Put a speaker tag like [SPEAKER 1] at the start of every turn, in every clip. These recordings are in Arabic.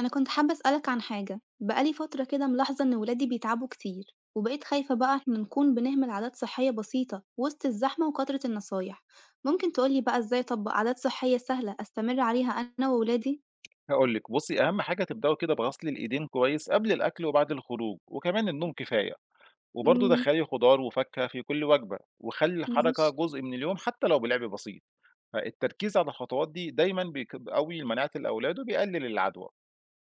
[SPEAKER 1] أنا كنت حابة أسألك عن حاجة، بقالي فترة كده ملاحظة إن ولادي بيتعبوا كتير، وبقيت خايفة بقى إحنا نكون بنهمل عادات صحية بسيطة وسط الزحمة وكثرة النصايح، ممكن تقولي بقى إزاي أطبق عادات صحية سهلة أستمر عليها أنا وولادي؟
[SPEAKER 2] هاقول لِك، بُصّي، أهم حاجة تبدأوا كده بغسل الإيدين كويس قبل الأكل وبعد الخروج، وكمان النوم كفاية، وبرضه
[SPEAKER 1] امم
[SPEAKER 2] دخّلي خضار وفاكهة في كل وجبة، وخلّي
[SPEAKER 1] ماشي.
[SPEAKER 2] الحركة جزء من اليوم حتى لو بلعب بسيط، فالتركيز على الخطوات دي دايمًا بيك بيقوي مناعة الأولاد وبيقلل العدوى.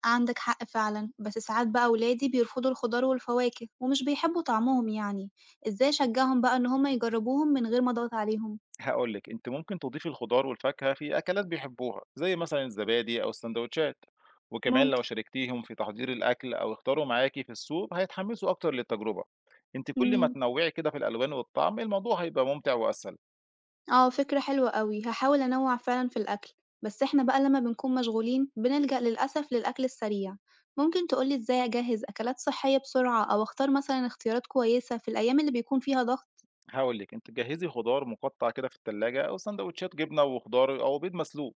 [SPEAKER 1] عندك حق فعلا، بس ساعات بقى ولادي بيرفضوا الخضار والفواكه ومش بيحبوا طعمهم يعني، إزاي أشجعهم بقى إن هما يجربوهم من غير ما أضغط عليهم؟
[SPEAKER 2] هاقول لِك، أنتِ ممكن تضيفي الخضار والفاكهة في أكلات بيحبوها، زي مثلًا الزبادي أو الساندوتشات، وكمان لو
[SPEAKER 1] ممكن.
[SPEAKER 2] شاركتيهم في تحضير الأكل أو اختاروا معاكِ في السوق هيتحمسوا أكتر للتجربة. أنتِ كل ما تنوّعي كده في الألوان والطعم، الموضوع هيبقى ممتع وأسهل.
[SPEAKER 1] آه، فكرة حلوة أوي، هاحاول أنوّع فعلًا في الأكل، بس إحنا بقى لمّا بنكون مشغولين بنلجأ للأسف للأكل السريع، ممكن تقول لي إزاي أجهّز أكلات صحية بسرعة أو أختار مثلًا اختيارات كويسة في الأيام اللي بيكون فيها ضغط؟
[SPEAKER 2] هاقول لِك، أنتِ جهّزي خضار مُقطّع كده في التلاجة أو ساندوتشات جبنة وخضار أو بيض مسلوق،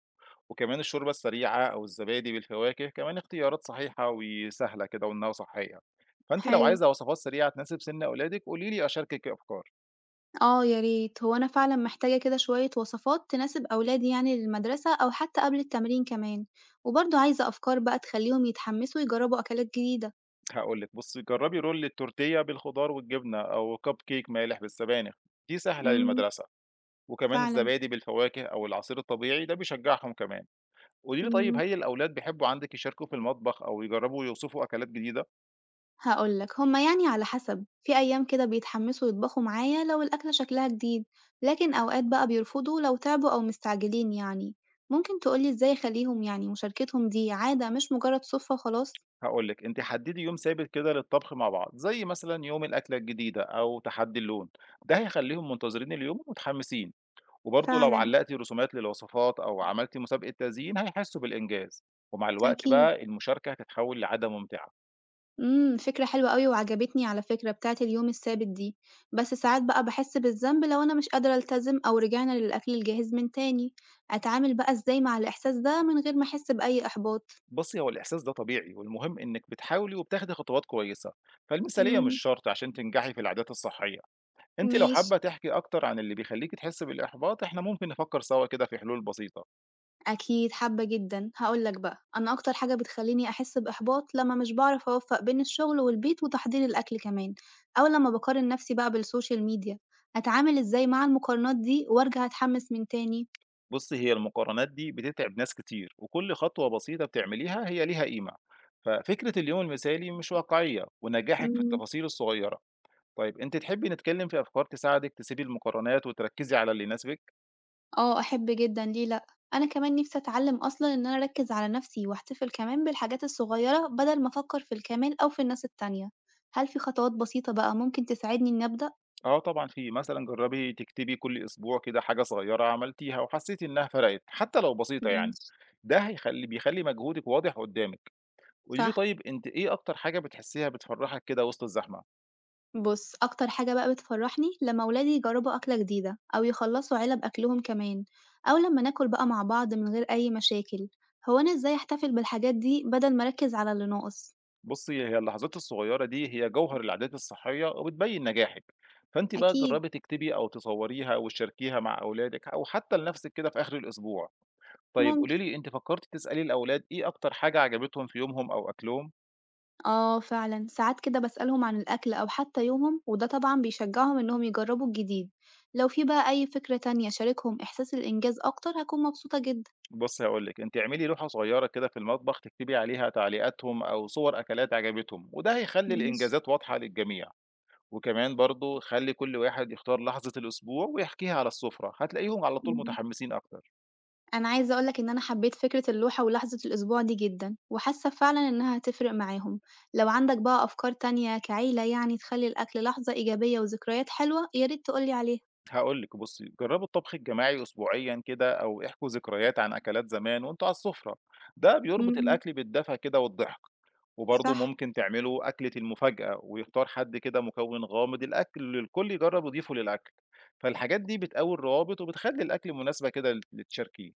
[SPEAKER 2] وكمان الشوربة السريعة أو الزبادي بالفواكه كمان اختيارات صحيحة وسهلة كده وإنها صحية. فأنتِ لو
[SPEAKER 1] حلو،
[SPEAKER 2] عايزة وصفات سريعة تناسب سِن أولادِك قولي لي أشاركِك أفكار.
[SPEAKER 1] آه يا ريت، هو أنا فعلًا محتاجة كده شوية وصفات تناسب أولادي يعني للمدرسة أو حتى قبل التمرين كمان، وبرضه عايزة أفكار بقى تخلّيهم يتحمسوا يجرّبوا أكلات جديدة.
[SPEAKER 2] هاقول لِك بُصّي، جرّبي رول التورتية بالخضار والجبنة أو كاب كيك مالح بالسبانخ، دي سهلة
[SPEAKER 1] إمم،
[SPEAKER 2] للمدرسة، وكمان
[SPEAKER 1] فعلًا،
[SPEAKER 2] الزبادي بالفواكه أو العصير الطبيعي ده بيشجّعهم كمان. قولي لي طيب
[SPEAKER 1] إمم.
[SPEAKER 2] هل الأولاد بيحبّوا عندِك يشاركوا في المطبخ أو يجرّبوا ويوصفوا أكلات جديدة؟
[SPEAKER 1] هاقول لك، هُم يعني على حسب، في أيام كده بيتحمّسوا يطبخوا معايا لو الأكلة شكلها جديد، لكن أوقات بقى بيرفضوا لو تعبوا أو مستعجلين يعني. ممكن تقول لي إزاي أخلّيهم يعني مشاركتهم دي عادة مش مجرد صُدفة وخلاص؟
[SPEAKER 2] هاقول لِك، أنتِ حدّدي يوم ثابت كده للطبخ مع بعض، زي مثلًا يوم الأكلة الجديدة أو تحدّي اللون، ده هيخلّيهم منتظرين اليوم ومتحمسين، وبرضه لو
[SPEAKER 1] فعلًا،
[SPEAKER 2] علّقتِ رسومات للوصفات أو عملتِ مسابقة تزيين هيحسّوا بالإنجاز، ومع الوقت
[SPEAKER 1] أكيد.
[SPEAKER 2] بقى المشاركة هتتحوّل لعادة ممتعة.
[SPEAKER 1] فكرة حلوة أوي وعجبتني على فكرة بتاعة اليوم الثابت دي، بس ساعات بقى باحس بالذنب لو أنا مش قادرة ألتزم أو رجعنا للأكل الجاهز من تاني. أتعامل بقى إزاي مع الإحساس ده من غير ما أحس بأي إحباط؟
[SPEAKER 2] بُصّي، هو الإحساس ده طبيعي والمهم إنِّك بتحاولي وبتاخدي خطوات كويسة، فالمثالية مش
[SPEAKER 1] إمم،
[SPEAKER 2] شرط عشان تنجحي في العادات الصحية. أنتِ لو
[SPEAKER 1] ماشي.
[SPEAKER 2] حابة تحكي أكتر عن اللي بيخلّيكِ تحسّي بالإحباط، إحنا ممكن نفكّر سوا كده في حلول بسيطة.
[SPEAKER 1] أكيد، حابة جدًا. هاقول لك بقى، أنا أكتر حاجة بتخلّيني أحس بإحباط لمّا مش باعرف أوفّق بين الشغل والبيت وتحضير الأكل كمان، أو لمّا باقارن نفسي بقى بالسوشيال ميديا. أتعامل إزاي مع المقارنات دي وأرجع أتحمس من تاني؟
[SPEAKER 2] بُصّي، هي المقارنات دي بتتعب ناس كتير، وكل خطوة بسيطة بتعمليها هي ليها قيمة، ففكرة اليوم المثالي مش واقعية، ونجاحِك في
[SPEAKER 1] إمم،
[SPEAKER 2] التفاصيل الصغيرة. طيب أنتِ تحبي نتكلم في أفكار تساعدِك تسيبي المقارنات وتركزي على اللي يناسبِك؟
[SPEAKER 1] آه، أحب جدًا، ليه لأ؟ أنا كمان نفسي أتعلم أصلًا إن أنا أركّز على نفسي وأحتفل كمان بالحاجات الصغيرة بدل ما أفكّر في الكمال أو في الناس التانية. هل في خطوات بسيطة بقى ممكن تساعدني إني أبدأ؟
[SPEAKER 2] آه طبعًا في، مثلًا جرّبي تكتبي كل أسبوع كده حاجة صغيرة عملتيها وحسيتِ إنها فرقِت، حتى لو بسيطة يعني،
[SPEAKER 1] ماشي،
[SPEAKER 2] ده هيخلّي مجهودِك واضح قدّامِك. قولي لي
[SPEAKER 1] صح.
[SPEAKER 2] طيب أنتِ إيه أكتر حاجة بتحسّيها بتفرّحِك كده وسط الزحمة؟
[SPEAKER 1] بُص، أكتر حاجة بقى بتفرّحني لمّا ولادي يجرّبوا أكلة جديدة أو يخلّصوا علب أكلهم كمان، أو لمّا ناكل بقى مع بعض من غير أي مشاكل. هو أنا إزاي أحتفل بالحاجات دي بدل ما أركّز على اللي ناقص؟
[SPEAKER 2] بُصّي، هي اللحظات الصغيّرة دي هي جوهر العادات الصحية وبتبيّن نجاحِك، فأنتِ بقى
[SPEAKER 1] أكيد،
[SPEAKER 2] جرّبي تكتبي أو تصوّريها وتشاركيها مع أولادِك أو حتى لنفسِك كده في آخر الأسبوع. طيب
[SPEAKER 1] ممكن.
[SPEAKER 2] قولي لي أنتِ فكّرتِ تسألي الأولاد إيه أكتر حاجة عجبتهم في يومهم أو أكلهم؟
[SPEAKER 1] آه فعلًا، ساعات كده باسألهم عن الأكل أو حتى يومهم، وده طبعًا بيشجّعهم إنّهم يجرّبوا الجديد. لو في بقى أي فكرة تانية شاركهم إحساس الإنجاز أكتر، هاكون مبسوطة جدًا.
[SPEAKER 2] بُصّي هاقول لِك، أنتِ اعملي لوحة صغيّرة كده في المطبخ تكتبي عليها تعليقاتهم أو صور أكلات عجبتهم، وده هيخلّي
[SPEAKER 1] ماشي،
[SPEAKER 2] الإنجازات واضحة للجميع. وكمان برضه خلّي كل واحد يختار لحظة الأسبوع ويحكيها على السفرة، هتلاقيهم على طول
[SPEAKER 1] إمم.
[SPEAKER 2] متحمّسين أكتر.
[SPEAKER 1] أنا عايزة أقول لك إن أنا حبيت فكرة اللوحة ولحظة الأسبوع دي جدًا، وحاسة فعلًا إنها هتفرق معاهم. لو عندك بقى أفكار تانية كعيلة يعني تخلّي الأكل لحظة إيجابية وذكريات حلوة، يا ريت تقول لي عليها.
[SPEAKER 2] هاقول لِك بُصّي، جرّبوا الطبخ الجماعي أسبوعيًا كده أو احكوا ذكريات عن أكلات زمان وأنتم على السفرة، ده بيربط
[SPEAKER 1] اهم،
[SPEAKER 2] الأكل بالدفى كده والضحك، وبرضه
[SPEAKER 1] صح،
[SPEAKER 2] ممكن تعملوا أكلة المفاجأة ويختار حد كده مكون غامض الأكل الكل يجرّب يضيفه للأكل، فالحاجات دي بتقوي الروابط وبتخلّي الأكل مناسبة كده لتشاركيه.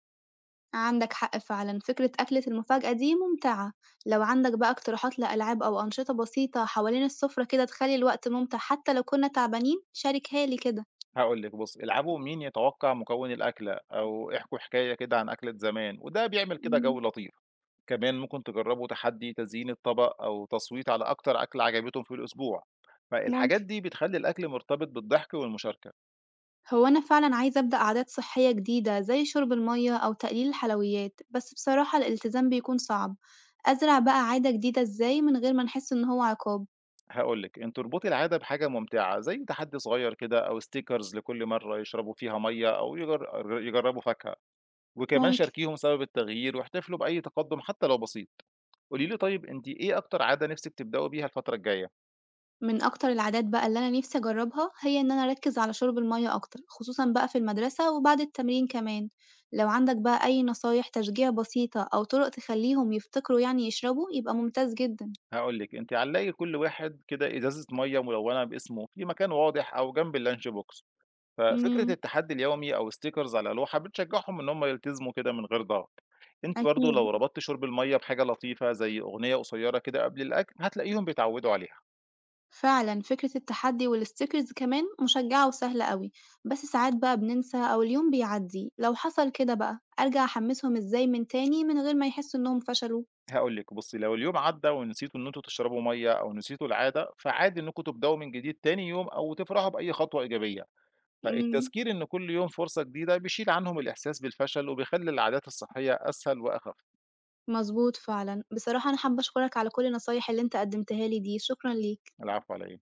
[SPEAKER 1] عندك حق فعلًا، فكرة أكلة المفاجأة دي ممتعة. لو عندك بقى اقتراحات لألعاب أو أنشطة بسيطة حوالين السفرة كده تخلّي الوقت ممتع حتى لو كنا تعبانين، شاركها لي كده.
[SPEAKER 2] هاقول لِك بُصّي، العبوا مين يتوقع مكون الأكلة أو احكوا حكاية كده عن أكلة زمان وده بيعمل كده
[SPEAKER 1] إمم،
[SPEAKER 2] جو لطيف. كمان ممكن تجربوا تحدي تزيين الطبق أو تصويت على أكتر أكلة عجبتهم في الأسبوع، فالحاجات
[SPEAKER 1] ممكن.
[SPEAKER 2] دي بتخلي الأكل مرتبط بالضحك والمشاركة.
[SPEAKER 1] هو أنا فعلًا عايزة أبدأ عادات صحية جديدة زي شرب المَيَّة أو تقليل الحلويات، بس بصراحة الالتزام بيكون صعب، أزرع بقى عادة جديدة إزاي من غير ما نحس إن هو عقاب؟
[SPEAKER 2] هقولك أن تربطي العادة بحاجة ممتعة زي تحدي صغير كده أو ستيكرز لكل مرة يشربوا فيها مية أو يجربوا فاكهة، وكمان
[SPEAKER 1] ممكن.
[SPEAKER 2] شاركيهم سبب التغيير واحتفلوا بأي تقدم حتى لو بسيط. قولي لي طيب انت ايه اكتر عاده نفسك تبداوا بيها الفتره الجايه؟
[SPEAKER 1] من أكتر العادات بقى اللي أنا نفسي أجربها هي إن أنا أركز على شرب المَيَّة أكتر، خصوصًا بقى في المدرسة وبعد التمرين كمان، لو عندك بقى أي نصايح تشجيع بسيطة أو طرق تخليهم يفتكروا يعني يشربوا يبقى ممتاز جدًا.
[SPEAKER 2] هقول لك انت علقي كل واحد كده ازازه ميه ملونه باسمه في مكان واضح او جنب اللانش بوكس، ففكرة
[SPEAKER 1] إمم،
[SPEAKER 2] التحدي اليومي أو stickers على لوحة بتشجعهم إن هم يلتزموا كده من غير ضغط، أنت برضو
[SPEAKER 1] أكيد.
[SPEAKER 2] لو ربطت شرب المية بحاجة لطيفة زي أغنية قصيرة كده قبل الأكل هتلاقيهم بيتعودوا عليها.
[SPEAKER 1] فعلا فكرة التحدي والستيكرز كمان مشجعة وسهلة قوي. بس ساعات بقى بننسى أو اليوم بيعدي، لو حصل كده بقى أرجع أحمسهم إزاي من تاني من غير ما يحسوا إنهم فشلوا؟
[SPEAKER 2] هقول لك بصي لو اليوم عدى ونسيتوا إن أنتوا تشربوا مية أو نسيتوا العادة فعادي إنكم تبدأوا من جديد تاني يوم أو تفرحوا بأي خطوة إيجابية،
[SPEAKER 1] مم.
[SPEAKER 2] فالتذكير إن كل يوم فرصة جديدة بيشيل عنهم الإحساس بالفشل وبيخلي العادات الصحية أسهل وأخف.
[SPEAKER 1] مظبوط فعلا، بصراحة أنا حابة أشكرك على كل النصايح اللي أنت قدمتها لي دي، شكرا ليك.
[SPEAKER 2] العفو عليا.